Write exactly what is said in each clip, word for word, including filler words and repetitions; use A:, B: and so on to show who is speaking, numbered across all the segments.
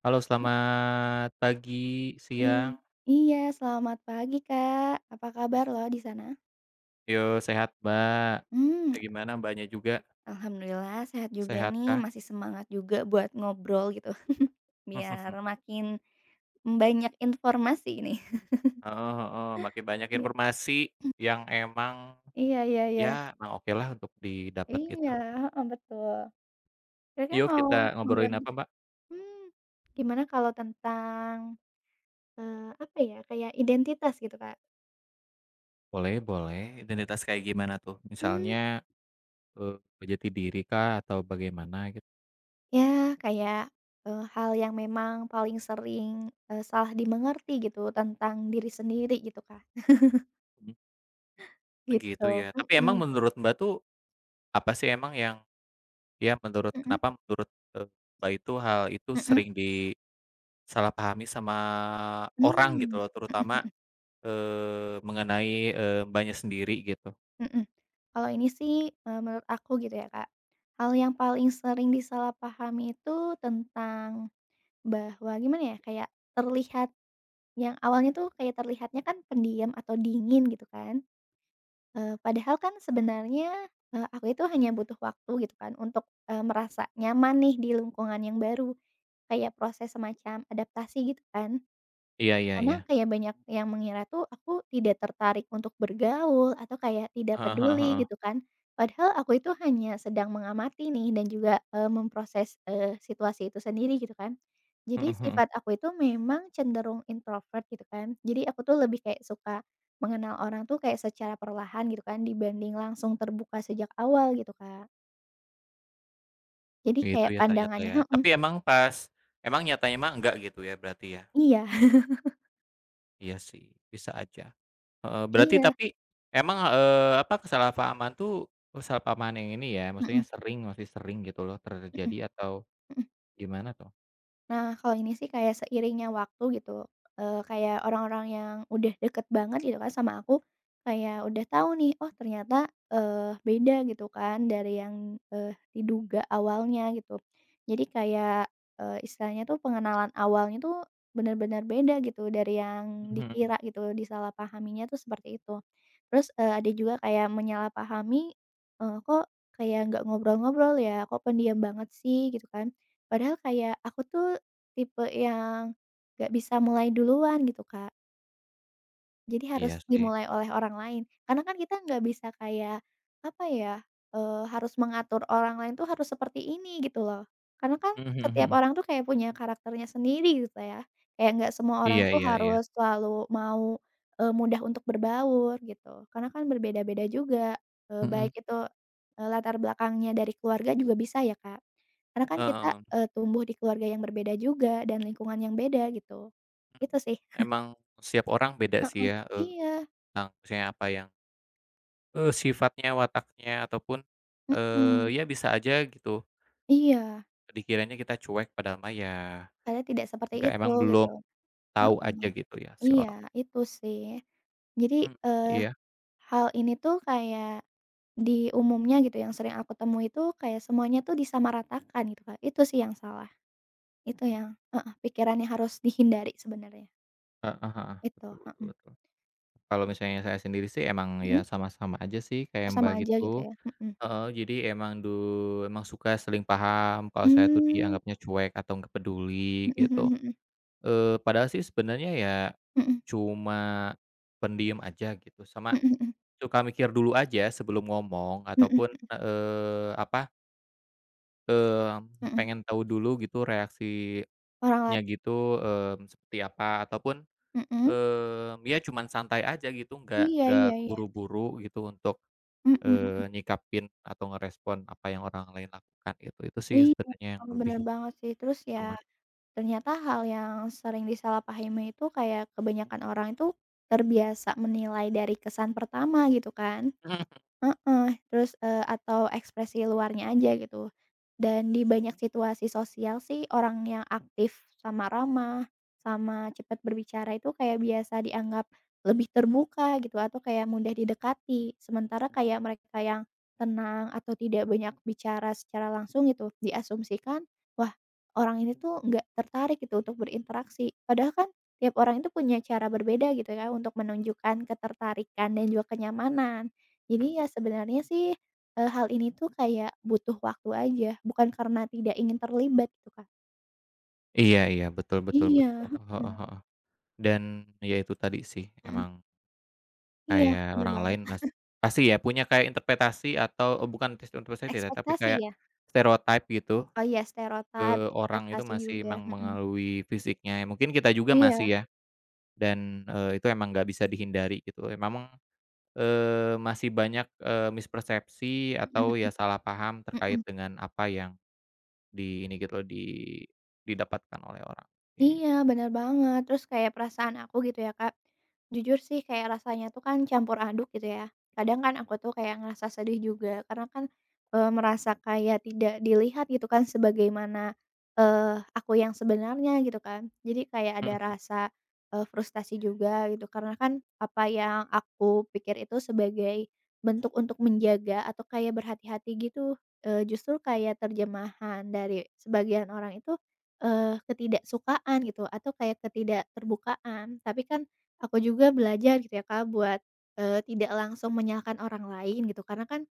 A: Halo,
B: I
A: selamat pagi,
B: i
A: siang.
B: iya, selamat pagi, Kak. Apa kabar loh di sana?
A: Yo, sehat, Mbak.
B: Mmm,
A: Kayak gimana Mbaknya juga,
B: Alhamdulillah sehat juga
A: sehat
B: nih,
A: kah?
B: masih semangat juga buat ngobrol gitu, biar makin banyak informasi nih.
A: Heeh heeh, makin banyak
B: Iya.
A: informasi yang emang,
B: Iya iya iya.
A: ya emang oke lah untuk didapat gitu.
B: Iya, heeh, betul. Kira-kira
A: Yuk
B: mau
A: kita ngobrolin
B: ngobrolin
A: apa, Mbak?
B: mmm, gimana kalau tentang, eee, apa ya, kayak identitas gitu, Kak?
A: Boleh boleh, identitas kayak gimana tuh?
B: Mmm.
A: Misalnya, eee, jati diri kah atau bagaimana gitu?
B: Ya, kayak, eee, hal yang memang paling sering, eee, salah dimengerti gitu tentang diri sendiri gitu, Kak,
A: Mhm, oh gitu
B: gitu.
A: ya. Tapi emang
B: Mhm,
A: menurut Mbak tuh, apa sih emang yang ya menurut
B: mhm
A: kenapa menurut, eee, Mbak itu hal itu
B: mhm,
A: sering di salah pahami sama
B: mmm, mhm
A: orang gitu
B: mhm
A: loh, terutama,
B: mhm.
A: eee, mengenai, eee, Mbaknya sendiri gitu.
B: Kalau ini sih, eee, menurut aku gitu ya, Kak, hal yang paling sering disalahpahami itu tentang bahwa gimana ya, kayak terlihat yang awalnya tuh kayak terlihatnya kan pendiam atau dingin gitu kan. Eee, padahal kan sebenarnya, eee, aku itu hanya butuh waktu gitu kan untuk, eee, merasa nyaman nih di lingkungan yang baru, kayak proses semacam adaptasi gitu kan.
A: Iya iya iya.
B: Karena kayak banyak yang mengira tuh aku tidak tertarik untuk bergaul atau kayak tidak
A: Heeh heeh
B: peduli
A: heeh.
B: gitu kan. Padahal aku itu hanya sedang mengamati nih dan juga, eee, memproses, eee, situasi itu sendiri gitu kan.
A: Mhm
B: Jadi
A: mhm.
B: sifat aku itu memang cenderung introvert gitu kan. Jadi aku tuh lebih kayak suka mengenal orang tuh kayak secara perlahan gitu kan dibanding langsung terbuka sejak awal gitu, Kak. Jadi
A: Gitu
B: kayak
A: ya ternyata
B: pandangannya.
A: ya.
B: Mhm,
A: Tapi emang pas emang nyatanya mah enggak gitu ya berarti ya?
B: iya.
A: Iya sih, bisa aja. Heeh, berarti
B: Iya,
A: tapi emang, eee, apa, kesalahpahaman tuh kesalahpahaman yang ini ya, maksudnya
B: mhm
A: sering masih sering gitu loh
B: mhm mhm.
A: terjadi atau gimana tuh?
B: Nah, kalau ini sih kayak seiringnya waktu gitu, eee, kayak orang-orang yang udah deket banget gitu kan sama aku, kayak udah tahu nih, oh ternyata, eee, beda gitu kan dari yang, eee, diduga awalnya gitu. Jadi kayak, eee, istilahnya tuh pengenalan awalnya tuh benar-benar beda gitu dari yang
A: Mhm.
B: dikira gitu, disalahpahaminya tuh seperti itu. Terus, eee, ada juga kayak menyalahpahami, eee, "Kok kayak nggak ngobrol-ngobrol ya? Kok pendiam banget sih?" Gitu kan. Padahal kayak aku tuh Tipe yang nggak bisa mulai duluan gitu, Kak. Jadi
A: Iya
B: harus
A: sih.
B: dimulai oleh orang lain. Karena kan kita nggak bisa kayak, apa ya, eee, harus mengatur orang lain tuh harus seperti ini gitu loh. Karena kan
A: Mhm mhm
B: setiap
A: mhm.
B: orang tuh kayak punya karakternya sendiri gitu ya. Kayak nggak semua orang
A: Iya
B: tuh
A: iya iya.
B: harus selalu mau, eee, mudah untuk berbaur gitu. Karena kan berbeda-beda juga, eee,
A: Mhm.
B: baik itu, eee, latar belakangnya dari keluarga juga bisa ya, Kak. Karena kan kita,
A: Heeh.
B: eee, tumbuh di keluarga yang berbeda juga dan lingkungan yang beda gitu.
A: Mmm,
B: Itu sih.
A: emang setiap orang beda sih
B: Heeh.
A: ya, eee,
B: Iya.
A: tentang misalnya apa yang, eee, sifatnya, wataknya, ataupun, eee,
B: Mhm,
A: ya bisa aja gitu
B: iya,
A: dikiranya kita cuek padahal mah ya
B: saya tidak seperti
A: enggak,
B: itu
A: emang belum
B: gitu,
A: tahu aja
B: heeh,
A: gitu ya si orang.
B: iya, itu sih. Jadi,
A: Mmm,
B: eee,
A: iya,
B: hal ini tuh kayak di umumnya gitu yang sering aku temui itu kayak semuanya tuh disamaratakan gitu, Kak, itu sih yang salah, itu yang heeh, pikirannya harus dihindari sebenarnya,
A: heeh heeh,
B: itu,
A: betul betul
B: mhm,
A: betul. Kalau misalnya saya sendiri sih emang
B: mhm,
A: ya sama-sama aja sih kayak
B: oh sama
A: Mbak
B: aja gitu
A: gitu,
B: ya? Mhm,
A: heeh, jadi emang du emang suka seling paham kalau saya tuh
B: mmm,
A: dianggapnya cuek atau nggak peduli
B: mhm
A: gitu.
B: mhm
A: Eee, padahal sih sebenarnya ya
B: mhm,
A: cuma pendiam aja gitu, sama
B: mhm, mhm
A: suka mikir dulu aja sebelum ngomong
B: mhm,
A: ataupun, eee, apa, mmm,
B: mhm mhm,
A: pengen tahu dulu gitu reaksinya
B: orang lain,
A: gitu, mmm, seperti apa ataupun,
B: mhm,
A: eee, ya cuman santai aja gitu nggak
B: iya
A: nggak
B: iya iya,
A: keburu-buru gitu untuk,
B: mhm mhm.
A: eee, nyikapin atau ngerespon apa yang orang lain lakukan gitu. Itu sih
B: Iya,
A: sebenarnya yang
B: mmm,
A: lebih
B: bener banget sih. Terus ya.
A: utama.
B: Mhm. Ternyata hal yang sering disalahpahami itu kayak kebanyakan orang itu terbiasa menilai dari kesan pertama gitu kan. Heeh, terus, eee, atau ekspresi luarnya aja gitu. Dan di banyak situasi sosial sih orang yang aktif sama ramah, sama cepat berbicara itu kayak biasa dianggap lebih terbuka gitu atau kayak mudah didekati. Sementara kayak mereka yang tenang atau tidak banyak bicara secara langsung gitu diasumsikan, "Wah, orang ini tuh nggak tertarik gitu untuk berinteraksi." Padahal kan tiap orang itu punya cara berbeda gitu ya untuk menunjukkan ketertarikan dan juga kenyamanan. Jadi ya sebenarnya sih, eee, hal ini tuh kayak butuh waktu aja, bukan karena tidak ingin terlibat gitu, Kak.
A: Iya iya, betul betul
B: Iya,
A: betul, heeh
B: heeh,
A: heeh. Dan, ya itu tadi sih,
B: mhm.
A: emang
B: Iya,
A: kayak
B: bener
A: orang
B: banget,
A: lain mas pasti ya punya kayak interpretasi atau eee, bukan tes interpretasi ya, tapi
B: ekspektasi
A: kayak
B: ya?
A: stereotype gitu
B: Oh iya, stereotip,
A: ke orang itu
B: ekspektasi
A: masih
B: juga,
A: emang
B: mhm.
A: mempengaruhi fisiknya. Ya, mungkin kita juga
B: Iya.
A: masih ya, dan, eee, itu emang nggak bisa dihindari gitu. Ya memang, eee, masih banyak, eee, mispersepsi
B: Mhm
A: atau ya salah paham
B: mhm,
A: terkait
B: mhm.
A: dengan apa yang di ini gitu loh, di didapatkan oleh orang, gitu.
B: Iya, bener banget. Terus kayak perasaan aku gitu ya, Kak, jujur sih kayak rasanya tuh kan campur aduk gitu ya. Kadang kan aku tuh kayak ngerasa sedih juga karena kan, eee, merasa kayak tidak dilihat gitu kan sebagaimana, eee, aku yang sebenarnya gitu kan. Jadi kayak ada rasa, eee, frustasi juga gitu karena kan apa yang aku pikir itu sebagai bentuk untuk menjaga atau kayak berhati-hati gitu, eee, justru kayak terjemahan dari sebagian orang itu Eee, ketidaksukaan gitu atau kayak ketidakterbukaan. Tapi kan aku juga belajar gitu ya, Kak, buat, eee, tidak langsung menyalahkan orang lain gitu karena kan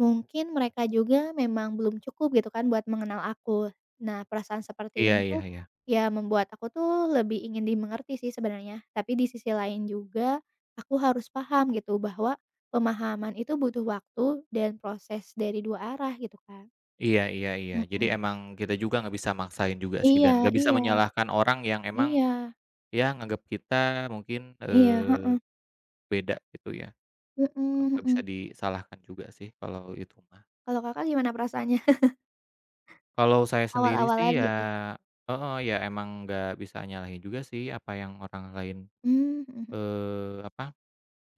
B: mungkin mereka juga memang belum cukup gitu kan buat mengenal aku. Nah, perasaan seperti
A: Iya
B: ini
A: iya
B: tuh
A: iya.
B: ya membuat aku tuh lebih ingin dimengerti sih sebenarnya. Tapi di sisi lain juga aku harus paham gitu bahwa pemahaman itu butuh waktu dan proses dari dua arah gitu, Kak.
A: Iya iya iya. Jadi
B: Mhm.
A: emang kita juga nggak bisa maksain juga sih
B: Iya
A: dan nggak bisa
B: iya
A: menyalahkan orang yang emang,
B: iya
A: ya nganggap kita mungkin,
B: iya,
A: eee,
B: heeh.
A: beda gitu ya.
B: Mhm
A: Kalau nggak
B: mhm.
A: bisa disalahkan juga sih kalau itu mah.
B: Kalau Kakak gimana perasaannya?
A: Kalau saya sendiri
B: Awal-awalan
A: sih
B: gitu?
A: ya heeh, ya emang nggak bisa nyalahin juga sih apa yang orang lain,
B: Mmm, mhm mhm.
A: eee, apa,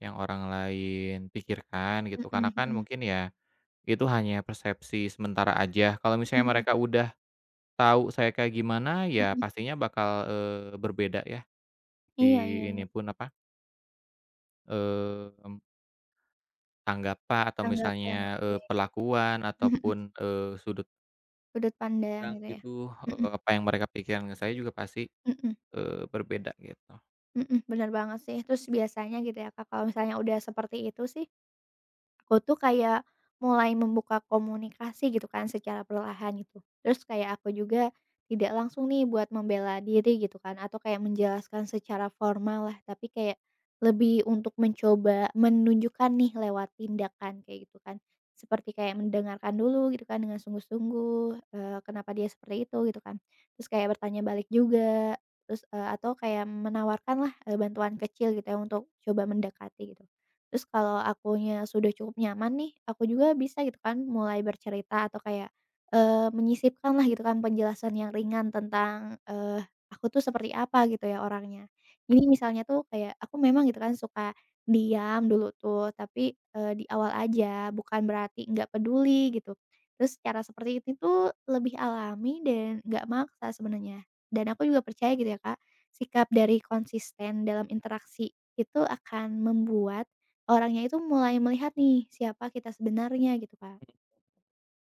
A: yang orang lain pikirkan gitu.
B: Mhm
A: Karena kan
B: mhm.
A: mungkin ya itu hanya persepsi sementara aja. Kalau misalnya
B: Mhm mhm
A: mereka udah tahu saya kayak gimana, ya
B: mhm.
A: pastinya bakal, eee, berbeda ya si
B: Iya iya iya.
A: ini pun apa, mmm, tanggapan atau
B: Tanggapan,
A: misalnya,
B: oke.
A: eee, perlakuan
B: Mhm mhm.
A: ataupun, eee, sudut
B: Sudut pandang
A: pandang
B: gitu ya?
A: gitu,
B: Mhm
A: eee, apa yang mereka pikirkan ke saya juga pasti,
B: mhm
A: eee, berbeda gitu.
B: mhm. Bener banget sih. Terus biasanya gitu ya, Kak, kalau misalnya udah seperti itu sih Aku tuh kayak mulai membuka komunikasi gitu kan secara perlahan gitu. Terus kayak aku juga tidak langsung nih buat membela diri gitu kan atau kayak menjelaskan secara formal lah, tapi kayak lebih untuk mencoba menunjukkan nih lewat tindakan kayak gitu kan. Seperti kayak mendengarkan dulu gitu kan dengan sungguh-sungguh, eee, kenapa dia seperti itu gitu kan. Terus kayak bertanya balik juga, terus, eee, atau kayak menawarkan lah, eee, bantuan kecil gitu ya untuk coba mendekati gitu. Terus kalau akunya sudah cukup nyaman nih, aku juga bisa gitu kan mulai bercerita atau kayak, eh, menyisipkan lah gitu kan penjelasan yang ringan tentang, eee, aku tuh seperti apa gitu ya orangnya. Jadi misalnya tuh kayak aku memang gitu kan suka diam dulu tuh, tapi, eee, di awal aja, bukan berarti nggak peduli gitu. Terus cara seperti itu tuh lebih alami dan nggak maksa sebenarnya. Dan aku juga percaya gitu ya, Kak, sikap dari konsisten dalam interaksi itu akan membuat Orangnya itu mulai melihat nih, siapa kita sebenarnya gitu, Kak.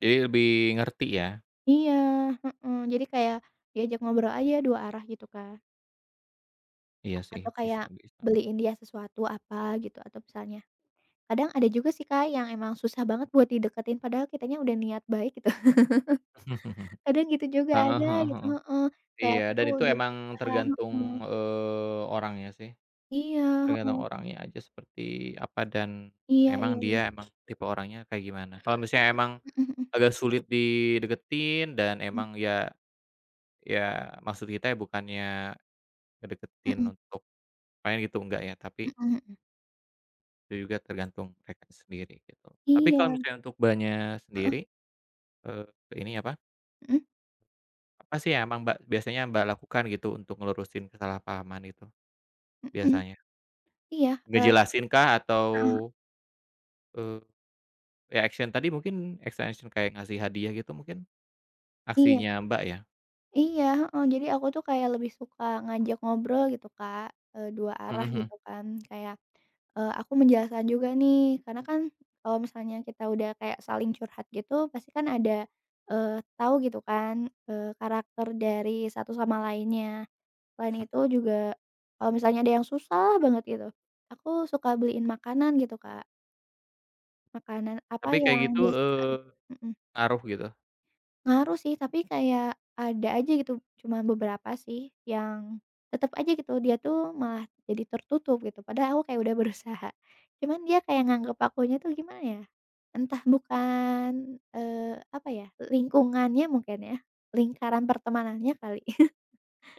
A: Jadi lebih ngerti ya.
B: Iya, heeh. Jadi kayak diajak ngobrol aja dua arah gitu, Kak.
A: Iya sih,
B: Atau
A: bisa
B: kayak
A: bisa.
B: beliin dia sesuatu apa gitu atau misalnya kadang ada juga sih, Kak, yang emang susah banget buat dideketin padahal kitanya udah niat baik gitu. Kadang gitu juga
A: Heeh
B: ada
A: heeh
B: gitu,
A: heeh.
B: heeh. Kayak
A: Iya,
B: aku
A: dan
B: tuh
A: itu
B: udah
A: emang
B: berusaha,
A: tergantung,
B: heeh.
A: eee, orangnya sih,
B: Iya,
A: tergantung
B: heeh.
A: orangnya aja seperti apa dan
B: Iya
A: emang
B: iya iya.
A: dia emang tipe orangnya kayak gimana. Kalau misalnya emang
B: Mhm
A: agak sulit dideketin dan
B: mhm
A: emang ya ya maksud kita ya bukannya ngedeketin
B: mhm.
A: untuk main gitu, enggak ya, tapi
B: Mhm mhm mhm.
A: itu juga tergantung mereka sendiri gitu. Tapi kalau
B: Iya,
A: misalnya untuk Mbaknya
B: heeh.
A: sendiri, eee, ini apa,
B: Mhm
A: apa sih yang emang Mbak biasanya Mbak lakukan gitu untuk ngelurusin kesalahpahaman itu
B: mhm.
A: biasanya?
B: Iya, eee,
A: Ngejelasin kah atau,
B: heeh,
A: eee, ya action tadi mungkin action-action kayak ngasih hadiah gitu mungkin
B: iya.
A: aksinya Mbak ya?
B: Iya, heeh, jadi aku tuh kayak lebih suka ngajak ngobrol gitu, Kak, eee, dua
A: Mhm
B: arah
A: mhm.
B: gitu kan kayak, eee, aku menjelaskan juga nih karena kan kalau misalnya kita udah kayak saling curhat gitu pasti kan ada, eee, tahu gitu kan, eee, karakter dari satu sama lainnya. Selain
A: Mmm,
B: itu juga kalau misalnya ada yang susah banget gitu, aku suka beliin makanan gitu, Kak, makanan apa
A: tapi kayak
B: yang
A: gitu,
B: dia suka
A: eee,
B: gitu. Mhm.
A: ngaruh gitu?
B: Ngaruh sih, tapi kayak ada aja gitu, cuma beberapa sih yang tetap aja gitu dia tuh malah jadi tertutup gitu, padahal aku kayak udah berusaha. Cuman dia kayak nganggep akunya tuh gimana ya, entah bukan, eee, apa ya, lingkungannya mungkin ya, lingkaran pertemanannya kali.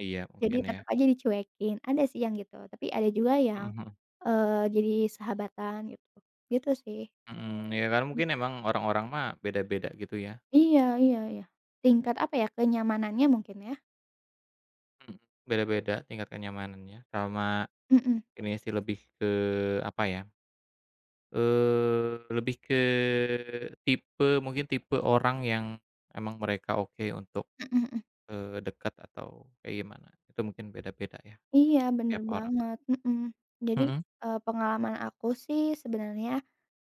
A: Iya
B: Jadi
A: mungkin ya.
B: tetap aja dicuekin, ada sih yang gitu, tapi ada juga
A: Mhm
B: yang,
A: mhm.
B: eee, jadi sahabatan gitu, gitu sih.
A: Mhm, ya kan mungkin emang orang-orang mah beda-beda gitu ya,
B: Iya iya iya, tingkat apa ya, kenyamanannya mungkin ya.
A: mhm, beda-beda tingkat kenyamanannya sama
B: Mhm,
A: ini sih lebih ke apa ya, eee, lebih ke tipe mungkin tipe orang yang emang mereka oke untuk,
B: mhm mhm.
A: eee, dekat atau kayak gimana, itu mungkin beda-beda ya
B: Iya, bener
A: tiap orang.
B: banget, mhm. Jadi,
A: Mhm,
B: eee, pengalaman aku sih sebenarnya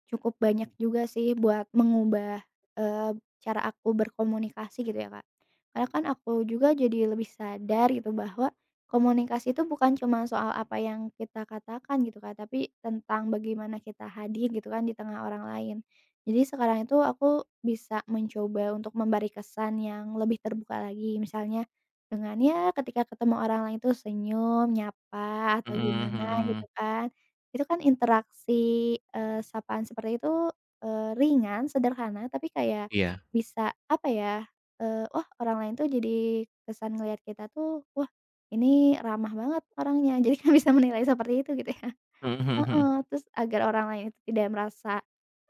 B: cukup banyak juga sih buat mengubah, eee, cara aku berkomunikasi gitu ya, Kak. Karena kan aku juga jadi lebih sadar gitu bahwa komunikasi itu bukan cuma soal apa yang kita katakan gitu, kak, tapi tentang bagaimana kita hadir gitu kan di tengah orang lain. Jadi sekarang itu aku bisa mencoba untuk memberi kesan yang lebih terbuka lagi, misalnya dengan ya ketika ketemu orang lain tuh senyum, nyapa, atau
A: mhm
B: gimana gitu
A: mhm,
B: kan. Itu kan interaksi, eee, sapaan seperti itu, eee, ringan, sederhana, tapi kayak
A: iya,
B: bisa apa ya, eee, wah, orang lain tuh jadi kesan ngelihat kita tuh, wah, ini ramah banget orangnya, jadi kan bisa menilai seperti itu gitu ya.
A: mhm mhm mhm,
B: Heeh, terus agar orang lain itu tidak merasa,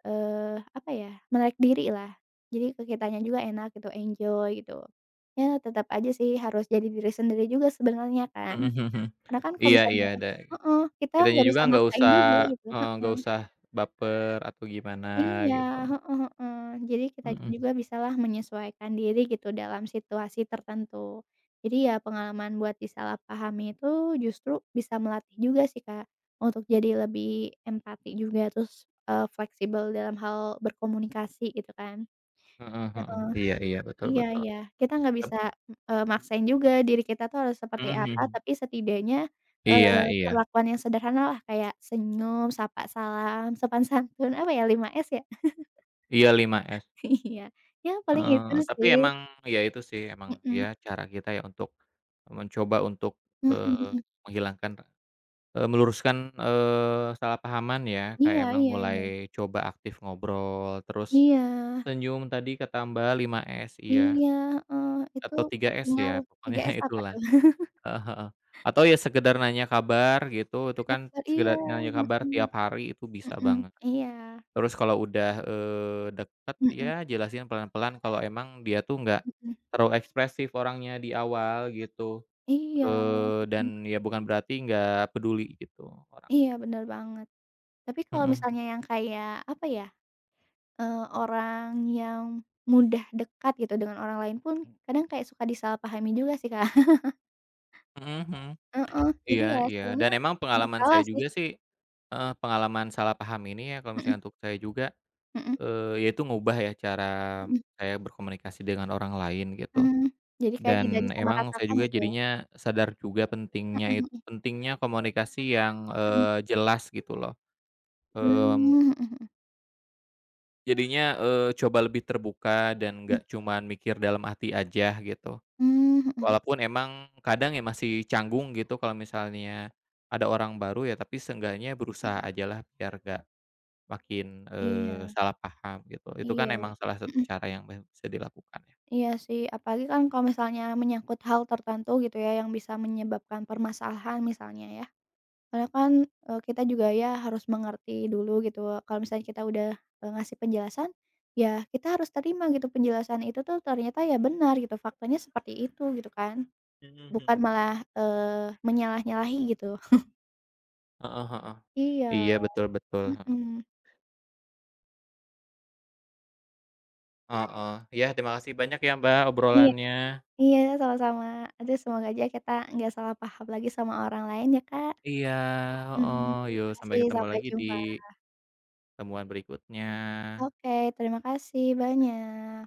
B: eee, apa ya, menarik diri lah. Jadi ke kitanya juga enak gitu, enjoy gitu. Ya tetap aja sih harus jadi diri sendiri juga sebenarnya kan.
A: mhm mhm mhm.
B: Karena kan kalau
A: Iya iya
B: misalnya
A: da
B: heeh, kita
A: kitanya
B: nggak
A: juga
B: bisa
A: nggak
B: maksain
A: usah,
B: juga gitu,
A: eee, nggak
B: heeh.
A: usah baper atau gimana
B: Iya,
A: gitu.
B: heeh heeh. Jadi kitanya
A: Mhm,
B: juga bisalah menyesuaikan diri gitu dalam situasi tertentu. Jadi ya pengalaman buat disalahpahami itu justru bisa melatih juga sih, Kak, untuk jadi lebih empati juga, terus, eee, fleksibel dalam hal berkomunikasi gitu kan.
A: mhm
B: Heeh.
A: mhm, iya iya, betul
B: Iya
A: betul.
B: iya, kita nggak
A: Tep
B: bisa, eee, maksain juga diri kita tuh harus seperti
A: mhm
B: apa,
A: mhm.
B: tapi setidaknya, eee,
A: Iya iya,
B: perlakuan yang sederhana lah kayak senyum, sapa salam, sopan santun, apa ya, lima s ya?
A: iya lima S,
B: Iya, ya paling
A: heeh,
B: itu
A: tapi
B: sih,
A: emang ya itu sih emang
B: mhm,
A: ya cara kita ya untuk mencoba untuk,
B: mhm
A: eee,
B: mhm,
A: menghilangkan, eee, meluruskan, eee, salah pahaman ya,
B: iya
A: kayak emang
B: iya iya,
A: mulai coba aktif ngobrol, terus
B: iya
A: senyum tadi kata Mbak lima S iya,
B: iya, heeh, itu
A: atau
B: pasti
A: tiga S ya
B: ngaruh, tiga
A: pokoknya
B: s apa
A: itulah,
B: tuh?
A: heeh heeh, atau ya sekedar nanya kabar gitu, itu
B: Tanya
A: kan
B: kabar iya,
A: sekedar nanya kabar
B: mhm,
A: tiap hari itu bisa
B: mhm,
A: banget.
B: iya,
A: Terus kalau udah, eee, deket,
B: mhm
A: ya jelasin pelan-pelan kalau emang dia tuh nggak
B: mhm,
A: terlalu ekspresif orangnya di awal gitu,
B: iya,
A: eee,
B: mmm,
A: dan ya bukan berarti nggak peduli gitu orang.
B: iya, bener banget. Tapi kalau
A: Mhm.
B: misalnya yang kayak, apa ya, eee, orang yang mudah dekat gitu dengan orang lain pun kadang kayak suka disalahpahami juga sih, Kak.
A: Mhm mhm.
B: Heeh, jadi
A: Iya
B: ya
A: iya, dan
B: sebenarnya
A: emang
B: serba
A: pengalaman
B: salah
A: saya
B: sih,
A: juga sih heeh, pengalaman salah paham ini ya kalau
B: mhm
A: misalnya untuk saya juga,
B: mhm
A: eee, ya ngubah ya cara
B: mhm.
A: saya berkomunikasi dengan orang lain gitu.
B: Mmm, jadi kayak tidak
A: Dan emang saya
B: disamaratakan
A: juga
B: gitu ya?
A: jadinya sadar juga pentingnya it pentingnya komunikasi yang,
B: Mhm mhm mhm.
A: eee, jelas gitu loh, mmm,
B: Mmm, mhm
A: jadinya, eee, coba lebih terbuka dan
B: mhm,
A: nggak cuman mikir dalam hati aja gitu.
B: mmm, mhm
A: Walaupun emang kadang ya masih canggung gitu kalau misalnya ada orang baru ya, tapi seenggaknya berusaha
B: mhm.
A: ajalah biar nggak makin, eee,
B: Iya
A: salah paham gitu. Itu kan
B: iya, mhm,
A: emang salah satu cara yang be bisa dilakukan ya.
B: iya sih, apalagi kan kalau misalnya menyangkut hal tertentu gitu ya yang bisa menyebabkan permasalahan misalnya ya. Karena kan, eee, kita juga ya harus mengerti dulu gitu, kalau misalnya kita udah, eee, ngasih penjelasan, ya kita harus terima gitu penjelasan itu tuh ternyata ya benar gitu, faktanya seperti itu gitu kan.
A: Mhm
B: Bukan
A: mhm.
B: malah, eee, menyalah-nyalahi gitu.
A: Heeh heeh.
B: Iya.
A: Iya betul betul.
B: Mhm.
A: Heeh. Ya terima kasih banyak ya Mbak,
B: Iya
A: obrolannya.
B: iya, sama-sama. Aduh, semoga aja kita nggak salah paham lagi sama orang lain ya, Kak.
A: Iya, heeh.
B: Mhm,
A: Yuk sampai
B: makasih,
A: ketemu
B: sampai
A: lagi di
B: jumpa.
A: temuan berikutnya.
B: Oke, terima kasih banyak.